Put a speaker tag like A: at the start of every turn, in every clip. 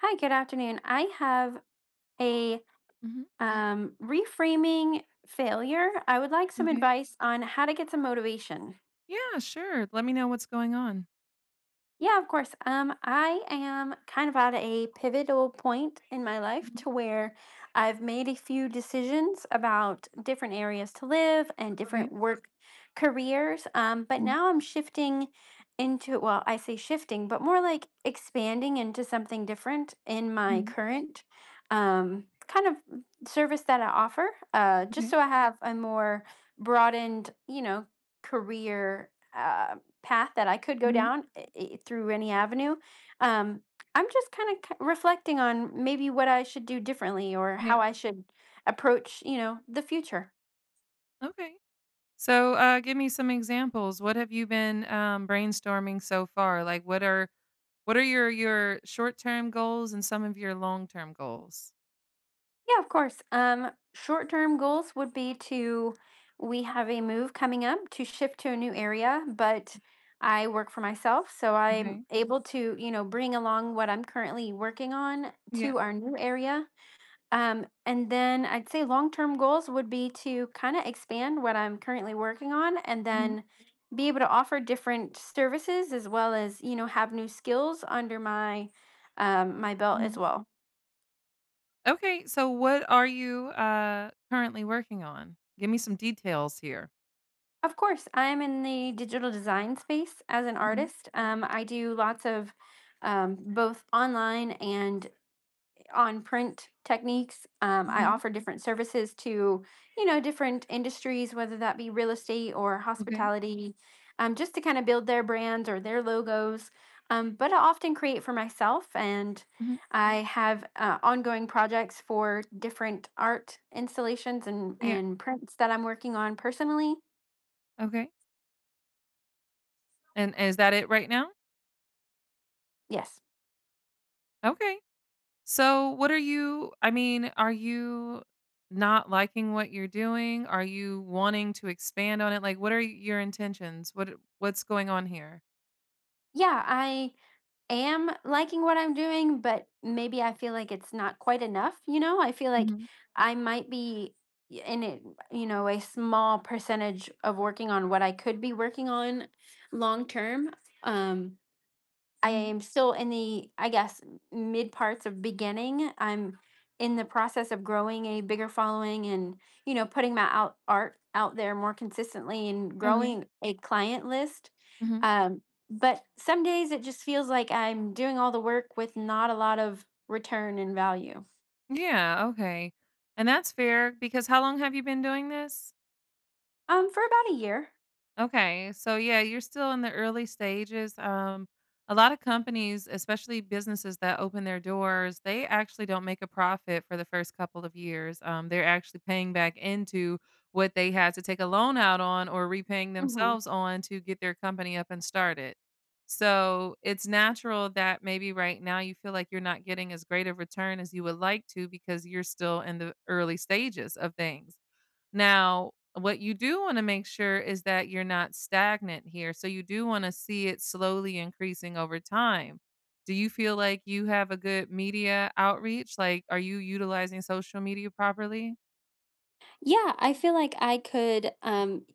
A: Hi, good afternoon. I have a
B: Mhm.
A: reframing failure. I would like some
B: Okay.
A: advice on how to get some motivation.
B: Yeah, sure. Let me know what's going on.
A: Yeah, of course. I am kind of at a pivotal point in my life
B: Mhm.
A: to where I've made a few decisions about different areas to live and
B: Okay.
A: different work careers. But
B: Mhm,
A: now I'm shifting into, well, I say shifting, but more like expanding into something different in my
B: mhm,
A: current kind of service that I offer, just
B: Okay.
A: so I have a more broadened, you know, career path that I could go
B: mhm.
A: down through any avenue. Um, I'm just kind of reflecting on maybe what I should do differently or
B: Yeah.
A: how I should approach, you know, the future.
B: Okay. So, give me some examples. What have you been, brainstorming so far? Like, what are your short-term goals and some of your long-term goals?
A: Yeah, of course. Short-term goals would be to, we have a move coming up to shift to a new area, but I work for myself, so I'm
B: Okay.
A: able to, you know, bring along what I'm currently working on
B: Yeah.
A: to our new area. And then I'd say long-term goals would be to kind of expand what I'm currently working on and
B: Mhm,
A: then be able to offer different services as well as, you know, have new skills under my my belt as
B: mhm.
A: well.
B: Okay. So, what are you, currently working on? Give me some details here.
A: Of course, I'm in the digital design space as an
B: Mhm,
A: artist. I do lots of both online and on print techniques. I
B: mhm,
A: offer different services to, you know, different industries, whether that be real estate or
B: Okay.
A: hospitality, just to kind of build their brands or their logos. But I often create for myself, and
B: mhm.
A: I have ongoing projects for different art installations and
B: Yeah.
A: and prints that I'm working on personally.
B: Okay. And is that it right now?
A: Yes,
B: Okay. So, what are you? I mean, are you not liking what you're doing? Are you wanting to expand on it? Like, what are your intentions? What what's going on here?
A: yeah, I am liking what I'm doing, but maybe I feel like it's not quite enough. You know, I feel like
B: Mhm,
A: I might be in it, you know, a small percentage of working on what I could be working on long term. Um, I
B: mhm.
A: am still in the, I guess, mid parts of beginning. I'm in the process of growing a bigger following and, you know, putting my out art out there more consistently and
B: Okay.
A: growing a client list.
B: Mhm.
A: Um, but some days it just feels like I'm doing all the work with not a lot of return and value.
B: Yeah, okay. And that's fair because how long have you been doing this?
A: For about a year.
B: Okay. So yeah, you're still in the early stages. A lot of companies, especially businesses that open their doors, they actually don't make a profit for the first couple of years. They're actually paying back into what they had to take a loan out on or repaying
A: hmm
B: themselves on to get their company up and started. So it's natural that maybe right now you feel like you're not getting as great of return as you would like to because you're still in the early stages of things. Now, what you do wanna make sure is that you're not stagnant here, so you do wanna see it slowly increasing over time. Do you feel like you have a good media outreach? Like, are you utilizing social media properly?
A: Yeah, I feel like I could.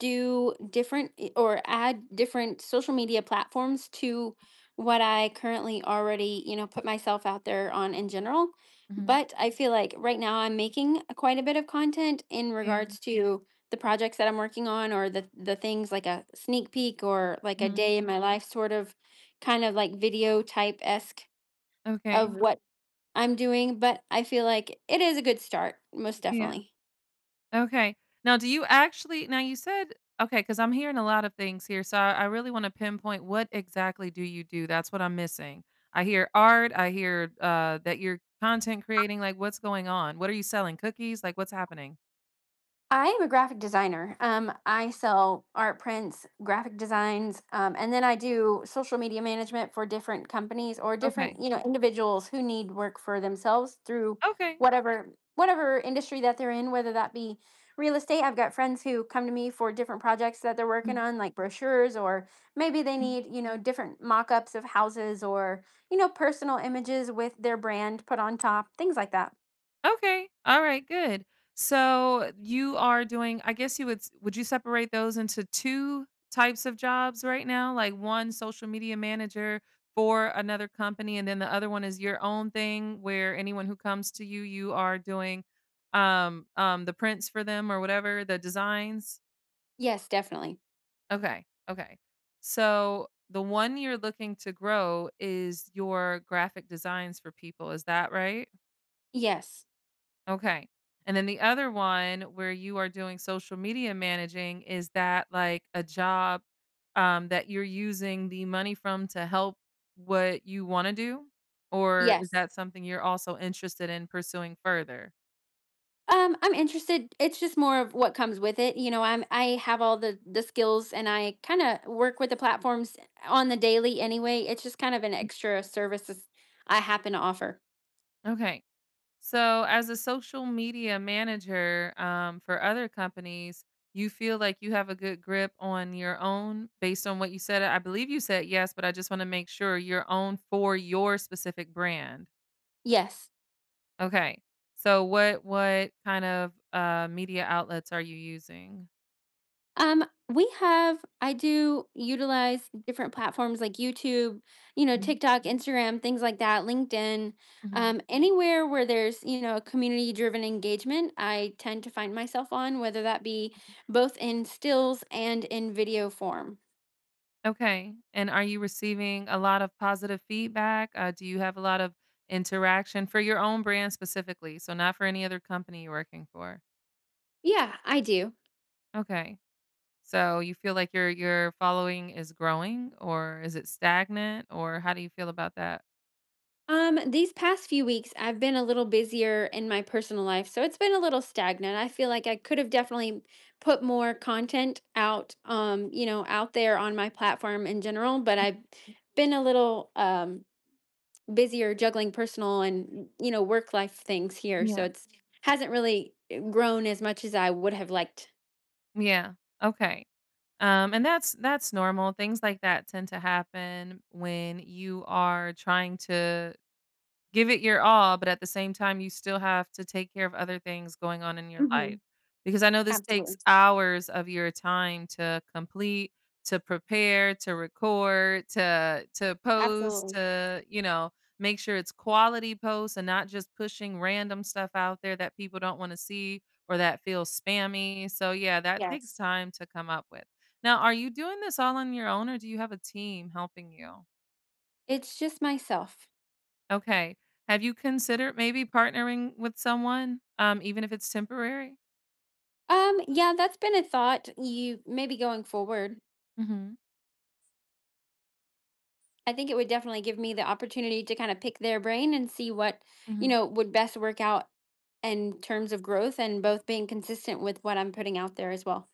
A: Do different or add different social media platforms to what I currently already, you know, put myself out there on in general.
B: Mhm.
A: But I feel like right now I'm making quite a bit of content in
B: Yeah.
A: regards to the projects that I'm working on or the things like a sneak peek or like a
B: Mhm.
A: day in my life sort of kind of like video type esque of
B: Okay.
A: what I'm doing. But I feel like it is a good start, most
B: Yeah.
A: definitely.
B: Okay. Now, do you actually now you said okay, because 'cause I'm hearing a lot of things here, so I really wanna pinpoint what exactly do you do? That's what I'm missing. I hear art, I hear, that you're content creating, like, what's going on? What are you selling, cookies? Like, what's happening?
A: I am a graphic designer. I sell art prints, graphic designs, and then I do social media management for different companies or different,
B: Okay.
A: you know, individuals who need work for themselves through
B: Okay.
A: whatever industry that they're in, whether that be real estate. I've got friends who come to me for different projects that they're working
B: Mhm.
A: on, like brochures, or maybe they need, you know, different mock-ups of houses or, you know, personal images with their brand put on top, things like that.
B: Okay. All right, good. So you are doing, I guess, you would s- would you separate those into 2 types of jobs right now? Like, one social media manager for another company and then the other one is your own thing where anyone who comes to you, you are doing the prints for them or whatever, the designs?
A: Yes, definitely.
B: Okay. Okay. So the one you're looking to grow is your graphic designs for people, is that right?
A: Yes.
B: Okay. And then the other one where you are doing social media managing, is that like a job that you're using the money from to help what you want to do? Or is
A: Yes.
B: that something you're also interested in pursuing further?
A: I'm interested. It's just more of what comes with it. You know, I have all the skills and I kind of work with the platforms on the daily anyway. It's just kind of an extra services I happen to offer.
B: Okay. So, as a social media manager for other companies, you feel like you have a good grip on your own based on what you said. I believe you said yes, but I just want to make sure your own for your specific brand.
A: Yes.
B: Okay. So what kind of, media outlets are you using?
A: Um, we have I do utilize different platforms like YouTube, you know,
B: Mhm.
A: TikTok, Instagram, things like that, LinkedIn,
B: Mhm.
A: anywhere where there's, you know, a community driven engagement, I tend to find myself on, whether that be both in stills and in video form.
B: Okay. And are you receiving a lot of positive feedback? Do you have a lot of interaction for your own brand specifically, so not for any other company you're working for?
A: Yeah, I do.
B: Okay. So you feel like your following is growing, or is it stagnant, or how do you feel about that?
A: These past few weeks, I've been a little busier in my personal life, so it's been a little stagnant. I feel like I could have definitely put more content out, you know, out there on my platform in general, but I've been a little busier juggling personal and, you know, work life things here, so
B: Yeah.
A: it's hasn't really grown as much as I would have liked.
B: Yeah. Okay. And that's normal. Things like that tend to happen when you are trying to give it your all, but at the same time, you still have to take care of other things going on in your life,
A: hmm
B: because I know this
A: Absolutely.
B: takes hours of your time to complete, to prepare, to record, to post,
A: Absolutely.
B: to, you know, make sure it's quality posts and not just pushing random stuff out there that people don't wanna see or that feels spammy, so, yeah, that takes
A: Yes.
B: time to come up with. Now, are you doing this all on your own, or do you have a team helping you?
A: It's just myself.
B: Okay. Have you considered maybe partnering with someone, even if it's temporary?
A: Yeah, that's been a thought. You maybe going forward.
B: Mhm.
A: I think it would definitely give me the opportunity to kind of pick their brain and see what, you
B: Mhm.
A: know, would best work out in terms of growth and both being consistent with what I'm putting out there as well.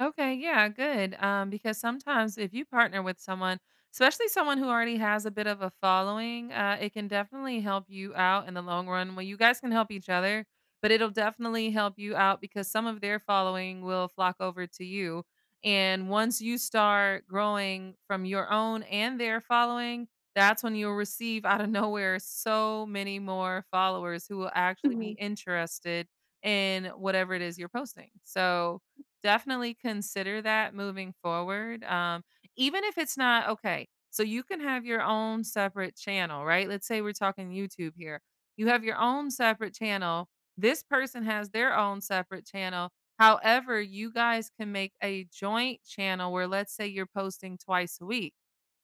B: Okay, yeah, good. Because sometimes if you partner with someone, especially someone who already has a bit of a following, it can definitely help you out in the long run. Well, you guys can help each other, but it'll definitely help you out because some of their following will flock over to you. And once you start growing from your own and their following, that's when you'll receive out of nowhere so many more followers who will actually be
A: Mhm.
B: interested in whatever it is you're posting. So, definitely consider that moving forward. Even if it's not okay, so you can have your own separate channel, right? Let's say we're talking YouTube here. You have your own separate channel. This person has their own separate channel. However, you guys can make a joint channel where let's say you're posting twice a week.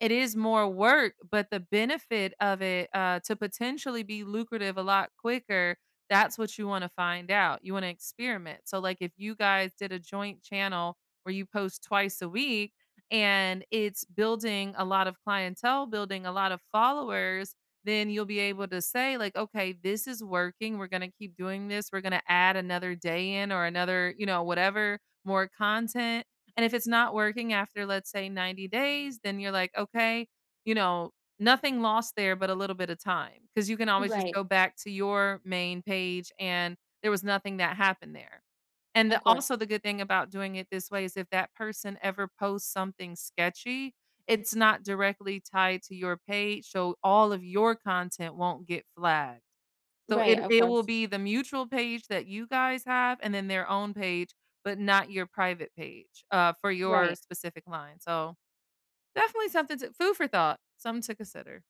B: It is more work, but the benefit of it, to potentially be lucrative a lot quicker, that's what you wanna find out. You wanna experiment. So, like, if you guys did a joint channel where you post twice a week and it's building a lot of clientele, building a lot of followers, then you'll be able to say, like, "Okay, this is working. We're gonna keep doing this. We're gonna add another day in or another, you know, whatever, more content." And if it's not working after, let's say, 90 days, then you're like, "Okay, you know, nothing lost there, but a little bit of time, because you can always just
A: Right.
B: go back to your main page, and there was nothing that happened there. And
A: Of course.
B: the good thing about doing it this way is if that person ever posts something sketchy, it's not directly tied to your page, so all of your content won't get flagged. So it
A: Right. Of
B: it will
A: course.
B: be the mutual page that you guys have and then their own page, but not your private page, for your
A: Right.
B: specific line. So, definitely something to food for thought, something to consider.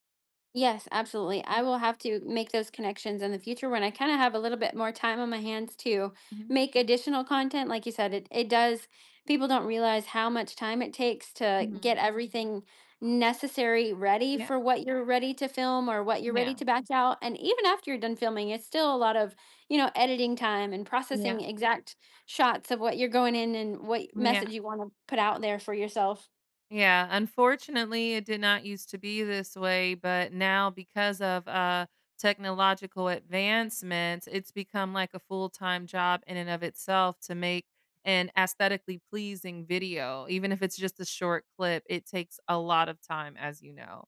A: Yes, absolutely. I will have to make those connections in the future when I kind of have a little bit more time on my hands to
B: Mhm,
A: make additional content. Like you said, it does, people don't realize how much time it takes to get
B: mhm.
A: everything necessary ready
B: Yeah,
A: for what you're ready to film or what you're ready
B: yeah,
A: to batch out. And even after you're done filming, it's still a lot of, you know, editing time and
B: yeah,
A: processing exact shots of what you're going in and what message
B: yeah,
A: you want to put out there for yourself.
B: yeah. Unfortunately, it did not used to be this way, but now because of, technological advancements, it's become like a full-time job in and of itself to make an aesthetically pleasing video. Even if it's just a short clip, it takes a lot of time, as you know.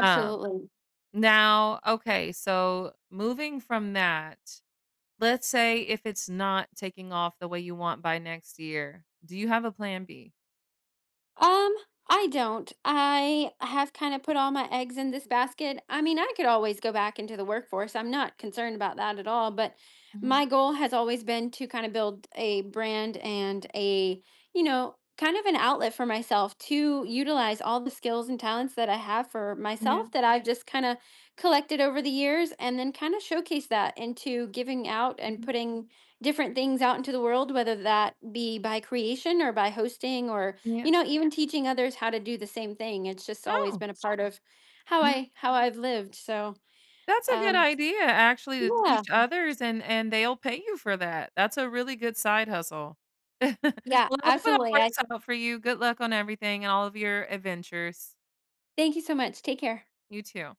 B: Um, Now, okay, so moving from that, let's say if it's not taking off the way you want by next year, do you have a plan B?
A: Um, I don't. I have kind of put all my eggs in this basket. I mean, I could always go back into the workforce. I'm not concerned about that at all, but
B: Mhm.
A: my goal has always been to kind of build a brand and a, you know, kind of an outlet for myself to utilize all the skills and talents that I have for
B: Yeah.
A: myself that I've just kind of collected over the years and then kind of showcase that into giving out and
B: Mhm.
A: putting different things out into the world, whether that be by creation or by hosting or
B: Yeah.
A: you know even teaching others how to do the same thing. It's just always
B: Oh,
A: been a part of how
B: mhm.
A: I, how I've lived. So
B: That's a good
A: um
B: idea actually, to
A: yeah.
B: teach others and they'll pay you for that. That's a really good side hustle.
A: Yeah,
B: Well, I hope it all
A: absolutely. I
B: works out for you. Good luck on everything and all of your adventures.
A: Thank you so much. Take care.
B: You too.